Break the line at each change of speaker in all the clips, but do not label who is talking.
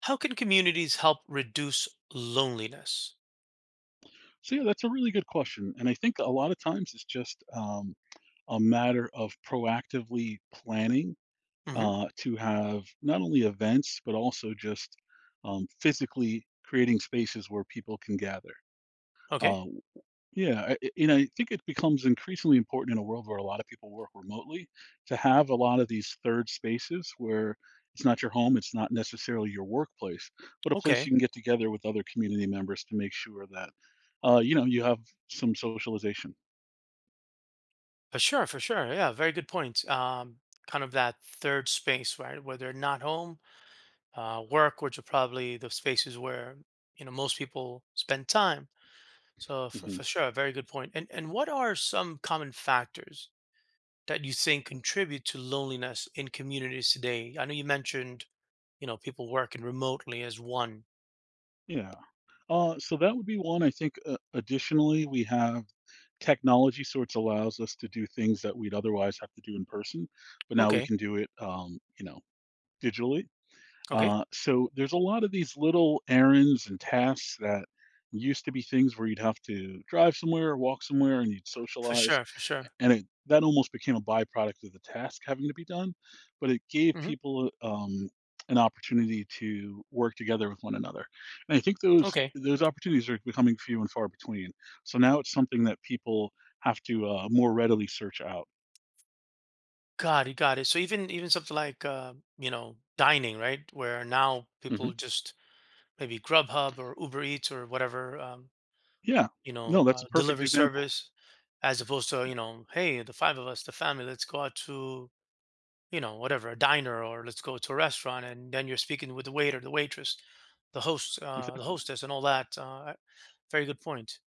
How can communities help reduce loneliness?
So yeah, that's a really good question, and I think a lot of times it's just a matter of proactively planning
Hmm.
to have not only events but also just physically creating spaces where people can gather.
Okay.
Uh, and I think it becomes increasingly important in a world where a lot of people work remotely to have a lot of these third spaces where it's not your home, it's not necessarily your workplace, but a place
Okay.
you can get together with other community members to make sure that, you have some socialization.
For sure. For sure. Yeah. Very good point. Kind of that third space, right, where they're not home, work, which are probably the spaces where most people spend time. So for,
Hmm.
for sure, very good point. And what are some common factors that you think contribute to loneliness in communities today? I know you mentioned people working remotely as one.
Yeah. So that would be one. I think additionally, we have technology sorts allows us to do things that we'd otherwise have to do in person, but now we
Okay.
can do it, digitally.
Okay.
So there's a lot of these little errands and tasks that used to be things where you'd have to drive somewhere, walk somewhere, and you'd
For
socialize.
sure. For sure.
And it, that almost became a byproduct of the task having to be done, but it gave
Hmm.
people an opportunity to work together with one another. And I think those
Okay.
those opportunities are becoming few and far between. So now it's something that people have to more readily search out.
Got it, got it. So even something like dining, right? Where now
Hmm.
people just maybe Grubhub or Uber Eats or whatever,
Yeah, no, that's a perfect
delivery
example.
service, as opposed to, hey, the five of us, the family, let's go out to, a diner or let's go to a restaurant and then you're speaking with the waiter, the waitress, the host, the
Exactly.
hostess and all that. Very good point.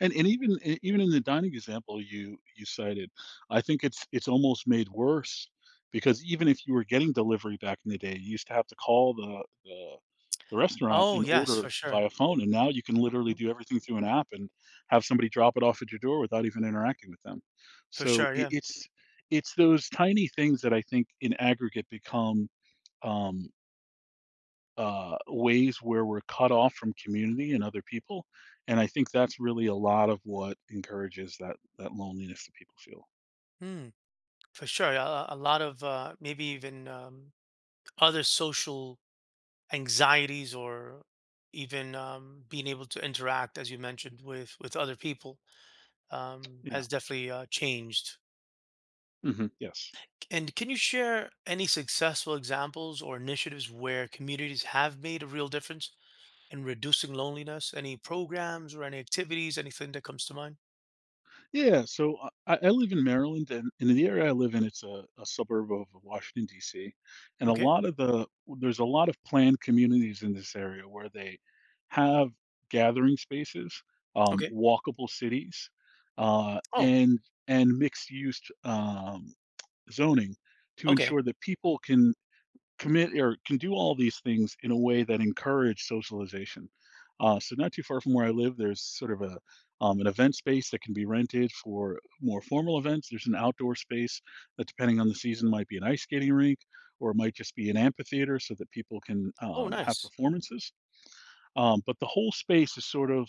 And even in the dining example you cited, I think it's almost made worse because even if you were getting delivery back in the day, you used to have to call the restaurant
Oh,
and
yes,
order
for sure.
via phone, and now you can literally
Mhm.
do everything through an app and have somebody drop it off at your door without even interacting with them.
For
So,
sure,
it
yeah.
it's it's those tiny things that I think in aggregate become, um ways where we're cut off from community and other people. And I think that's really a lot of what encourages that loneliness that people feel.
Hmm, for sure. Yeah, a lot of maybe even other social anxieties or even being able to interact, as you mentioned, with other people,
Yeah.
has definitely changed.
Hmm. Yes.
And can you share any successful examples or initiatives where communities have made a real difference in reducing loneliness? Any programs or any activities? Anything that comes to mind?
Yeah. So I live in Maryland, and in the area I live in, it's a suburb of Washington D.C. And a
Okay.
lot of the there's a lot of planned communities in this area where they have gathering spaces,
Okay.
walkable cities, uh,
Oh.
and and mixed use zoning to
Okay.
ensure that people can commit or can do all these things in a way that encourage socialization. So not too far from where I live, there's sort of a an event space that can be rented for more formal events. There's an outdoor space that, depending on the season, might be an ice skating rink or it might just be an amphitheater so that people can
Oh,
have
nice.
performances. But the whole space is sort of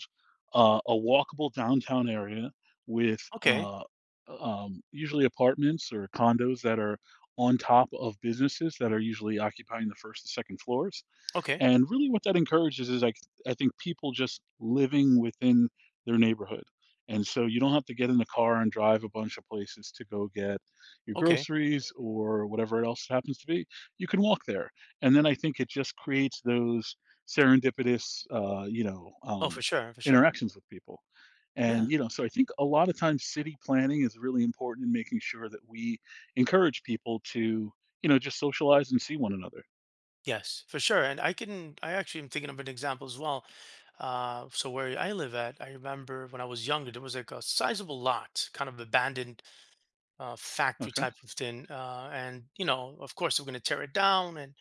a walkable downtown area with
Okay.
usually apartments or condos that are on top of businesses that are usually occupying the first and second floors.
Okay.
And really what that encourages is like I think people just living within their neighborhood. And so you don't have to get in the car and drive a bunch of places to go get your
Okay.
groceries or whatever else it happens to be. You can walk there. And then I think it just creates those serendipitous
Oh, for sure. For sure.
interactions with people.
Yeah.
And you know, so I think a lot of times city planning is really important in making sure that we encourage people to, you know, just socialize and see one another.
Yes, for sure. And I actually am thinking of an example as well. So where I live at, I remember when I was younger, there was like a sizable lot, kind of abandoned factory
Okay.
type of thing. And, of course, they were going to tear it down. And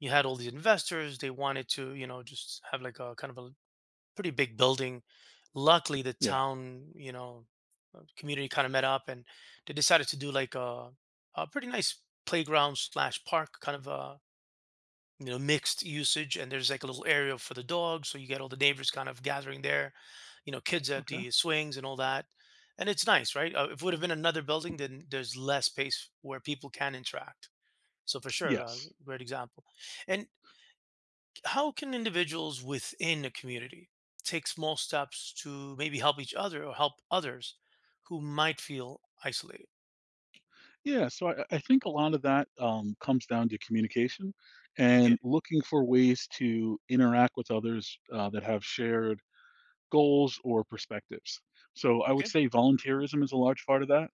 you had all these investors. They wanted to, just have like a kind of a pretty big building. Luckily, the
Yeah.
town, community kind of met up, and they decided to do like a pretty nice playground/park kind of a mixed usage, and there's like a little area for the dogs, so you get all the neighbors kind of gathering there, kids at
Okay.
the swings and all that. And it's nice, right? If it would have been another building, then there's less space where people can interact. So for sure,
Yes.
great example. And how can individuals within a community take small steps to maybe help each other or help others who might feel isolated?
Yeah, so I think a lot of that, comes down to communication
Okay.
and looking for ways to interact with others, that have shared goals or perspectives. So I would
Okay.
say volunteerism is a large part of that.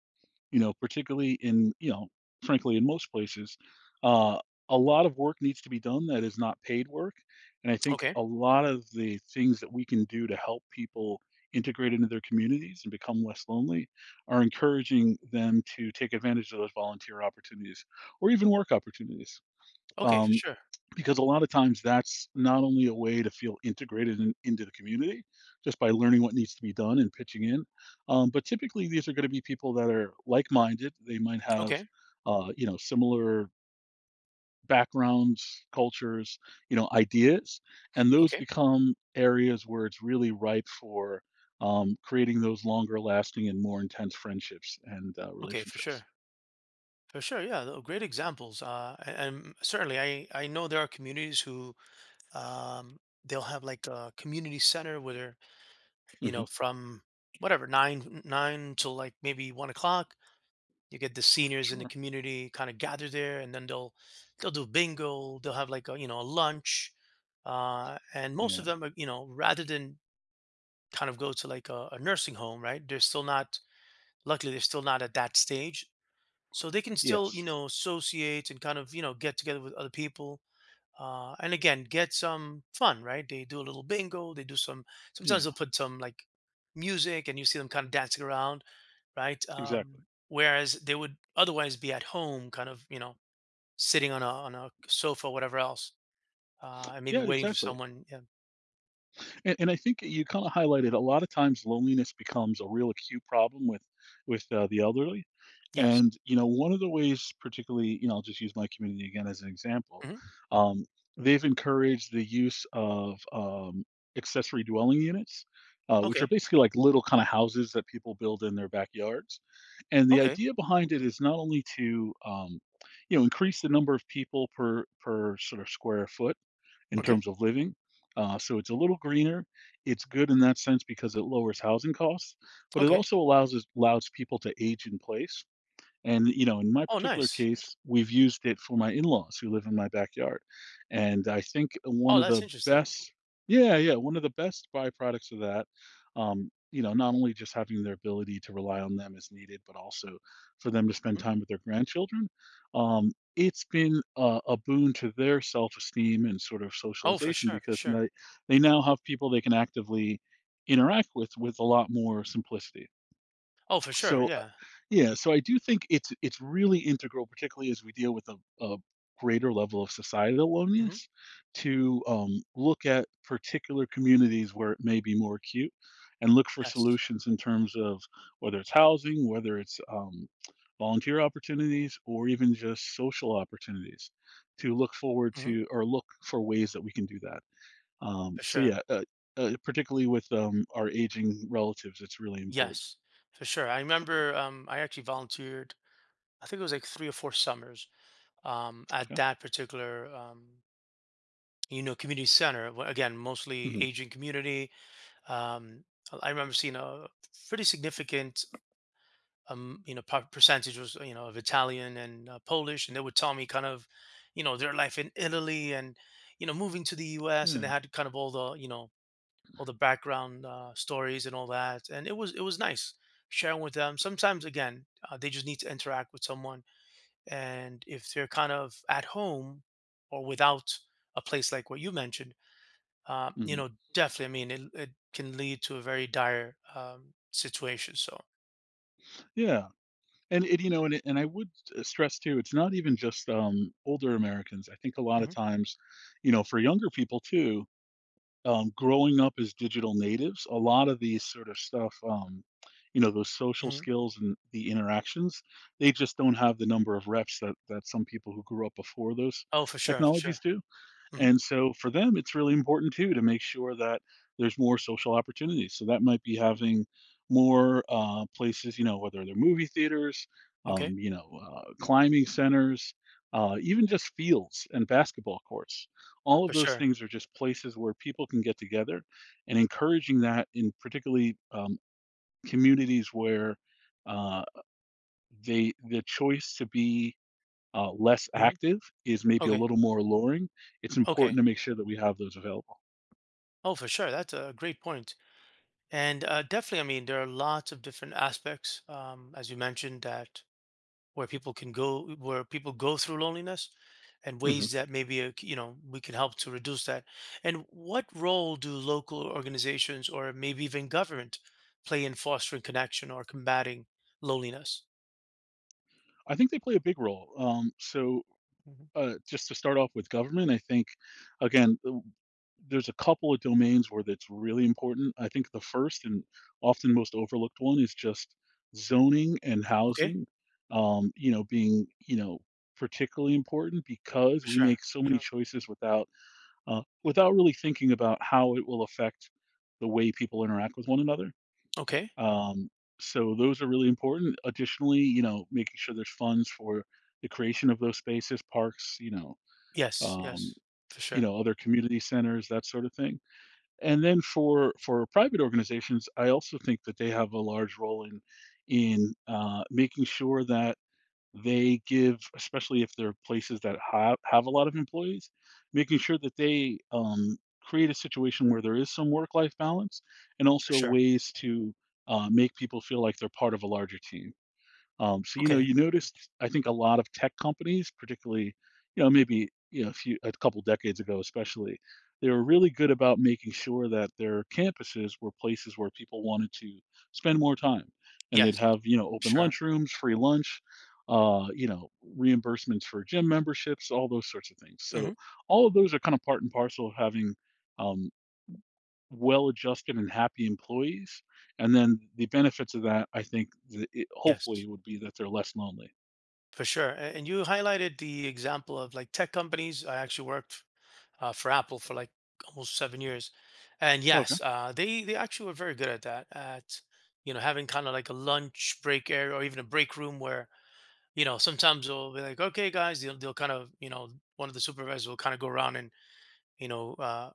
You know, particularly in, you know, frankly, in most places, uh, a lot of work needs to be done that is not paid work. And I think
Okay.
a lot of the things that we can do to help people integrate into their communities and become less lonely are encouraging them to take advantage of those volunteer opportunities or even work opportunities.
Okay, for
Um,
sure.
because a lot of times that's not only a way to feel integrated in, into the community just by learning what needs to be done and pitching in, but typically these are going to be people that are like-minded. They might have
Okay.
you know similar backgrounds, cultures, you know, ideas, and those
Okay.
become areas where it's really ripe for creating those longer lasting and more intense friendships and
Okay, for
relationships.
sure. For sure, yeah, great examples. And certainly, I know there are communities who, um, they'll have like a community center where they're,
Hmm.
from whatever nine till like maybe 1 o'clock. You get the seniors in the
Sure.
community kind of gather there, and then they'll do bingo. They'll have like a you know a lunch, and most of
Yeah.
them are, rather than kind of go to like a nursing home, right? They're still not, luckily, they're still not at that stage, so they can still
Yes.
associate and kind of get together with other people. And again, get some fun, right? They do a little bingo. They do some. Sometimes
Yeah,
they'll put some like music, and you see them kind of dancing around, right?
exactly.
Whereas they would otherwise be at home kind of sitting on a sofa, whatever else, and maybe
Yeah,
waiting for
exactly.
someone. Yeah.
And I think you kind of highlighted a lot of times loneliness becomes a real acute problem with the elderly.
Yes.
And you know, one of the ways, particularly, you know, I'll just use my community again as an example.
Hmm.
Um, they've encouraged the use of accessory dwelling units, which are
Okay.
basically like little kind of houses that people build in their backyards. And the
Okay.
idea behind it is not only to you know increase the number of people per sort of square foot in
Okay.
terms of living. So it's a little greener. It's good in that sense because it lowers housing costs, but it
Okay.
also allows us allows people to age in place. And, you know, in my
Oh,
particular
nice.
case, we've used it for my in-laws who live in my backyard. And I think one
Oh,
of
that's
the
interesting.
best yeah, yeah, one of the best byproducts of that, you know, not only just having their ability to rely on them as needed, but also for them to spend
Hmm.
time with their grandchildren, it's been a boon to their self-esteem and sort of
Oh, for
socialization
sure, for
because
sure.
they now have people they can actively interact with a lot more simplicity.
Oh, for sure.
So,
Yeah.
yeah, so I do think it's really integral, particularly as we deal with a greater level of societal
Hmm.
loneliness, to look at particular communities where it may be more acute, and look for
Yes.
solutions in terms of whether it's housing, whether it's volunteer opportunities, or even just social opportunities, to look forward
Mm-hmm.
to or look for ways that we can do that. Um,
For
so yeah,
sure.
uh, uh, particularly with our aging relatives, it's really important.
Yes, for sure. I remember, I actually volunteered, I think it was like 3 or 4 summers, at
Okay.
that particular, community center. Again, mostly
Hmm.
Asian community. Um, I remember seeing a pretty significant, percentage was, of Italian and Polish. And they would tell me kind of, their life in Italy and, moving to the US. And they
Yeah.
had kind of all the background stories and all that. And it was nice sharing with them. Sometimes again, they just need to interact with someone, and if they're kind of at home or without a place like what you mentioned,
Mhm.
definitely. I mean, it can lead to a very dire situation. So.
Yeah, and you know, and it, and I would s stress too, it's not even just, older Americans. I think a lot of
Hmm.
times, you know, for younger people too, growing up as digital natives, a lot of these sort of stuff, you know, those social
Hmm.
skills and the interactions, they just don't have the number of reps that some people who grew up before those
Oh, for sure, for sure.
technologies do.
Hmm.
And so for them, it's really important too to make sure that there's more social opportunities. So that might be having more places, you know, whether they're movie theaters,
Okay,
climbing centers, even just fields and basketball courts. All of
for
those
sure.
things are just places where people can get together, and encouraging that in particularly communities where uh, they the choice to be less
Hmm.
active is maybe a
Okay,
little more alluring, it's important
okay.
to make sure that we have those available.
Oh, for sure. That's a great point. And definitely, I mean, there are lots of different aspects, as you mentioned, that where people can go, where people go through loneliness, and
Mhm.
ways that maybe we can help to reduce that. And what role do local organizations or maybe even government play in fostering connection or combating loneliness?
I think they play a big role. Um, so
Mhm.
uh, just to start off with government, I think again w- there's a couple of domains where that's really important. I think the first and often most overlooked one is just zoning and
Okay,
housing. You know, being you know particularly important because
for
we
sure,
make so
for
many
sure.
choices without without really thinking about how it will affect the way people interact with one another.
Okay.
Um, so those are really important. Additionally, you know, making sure there's funds for the creation of those spaces, parks,
Yes,
um,
yes, for
you
sure,
know, other community centers, that sort of thing. And then for private organizations, I also think that they have a large role in making sure that they give, especially if they're places that have a lot of employees, making sure that they create a situation where there is some work life balance and
for
also
sure.
ways to make people feel like they're part of a larger team. So you know,
Okay.
you noticed I think a lot of tech companies, particularly, you know, maybe you know a few a couple decades ago, especially, they were really good about making sure that their campuses were places where people wanted to spend more time, and they'd
Yes,
have you know open
sure.
lunchrooms, free lunch, you know, reimbursements for gym memberships, all those sorts of things. So
Hmm.
all of those are kind of part and parcel of having. Um, Well-adjusted and happy employees, and then the benefits of that, I think that it
Yes.
hopefully would be that they're less lonely.
For sure. And you highlighted the example of like tech companies. I actually worked for Apple for like almost 7 years, and
Okay.
yes, they actually were very good at that. At having kind of like a lunch break area or even a break room where sometimes they'll be like, okay, guys, they'll kind of, one of the supervisors will kind of go around and, you know uh,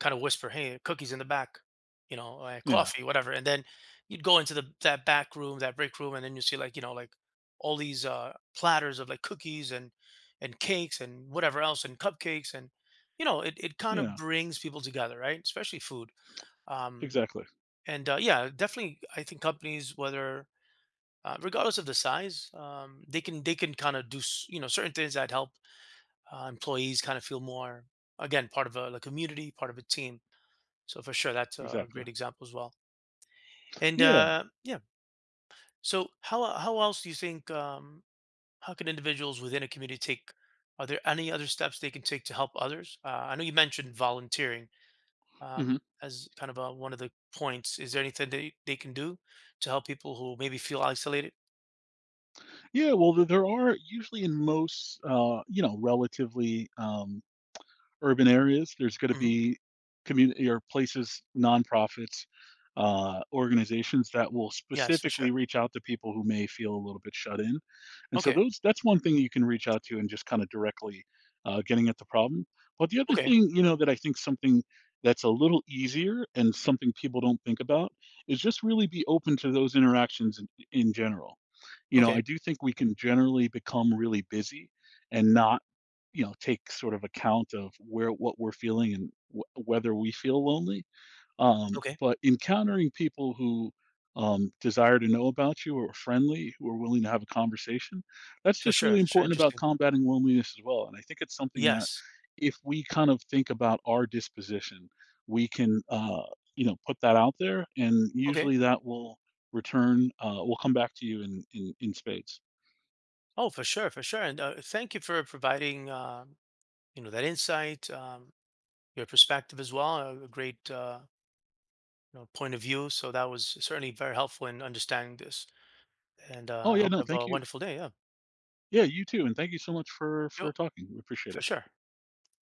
kind of whisper, "Hey, cookies in the back,"
Yeah.
coffee, whatever. And then you'd go into the that back room, that break room, and then you see like, like all these platters of like cookies and cakes and whatever else and cupcakes, and it kind of
Yeah.
brings people together, right? Especially food. Um,
Exactly.
and yeah, definitely, I think companies, whether, regardless of the size, they can kind of do certain things that help employees kind of feel more, again, part of a, like, community, part of a team. So for sure, that's a great
Exactly.
example as well. And
Yeah.
yeah, so how how else do you think, how can individuals within a community take? Are there any other steps they can take to help others? I know you mentioned volunteering,
Mhm.
as kind of one of the points. Is there anything they can do to help people who maybe feel isolated?
Yeah, well, th there are usually in most, you know, relatively, urban areas. There's going to
Hmm.
be community or places, nonprofits, organizations that will
Yes, for
specifically
sure.
reach out to people who may feel a little bit shut in. And so
Okay,
those that's one thing you can reach out to and just kind of directly getting at the problem. But the other
okay,
thing, you know, that I think something that's a little easier and something people don't think about is just really be open to those interactions in general. You know,
okay,
I do think we can generally become really busy and not, you know, take sort of account of where what we're feeling and whether we feel lonely,
okay,
but encountering people who desire to know about you or are friendly, who are willing to have a conversation, that's
for
just
sure,
really
for sure.
important about
Interesting.
combating loneliness as well. And I think it's something that
Yes.
if we kind of think about our disposition, we can, you know, put that out there. And
Okay.
usually that will return, will come back to you in spades.
Oh, for sure, for sure. And thank you for providing, that insight. Your perspective as well, a great, point of view. So that was certainly very helpful in understanding this. And
Oh,
I
yeah,
hope
no,
you have a
thank you.
wonderful day. Yeah,
Yeah, you too. And thank you so much
yo,
for talking. We appreciate
for
it.
sure.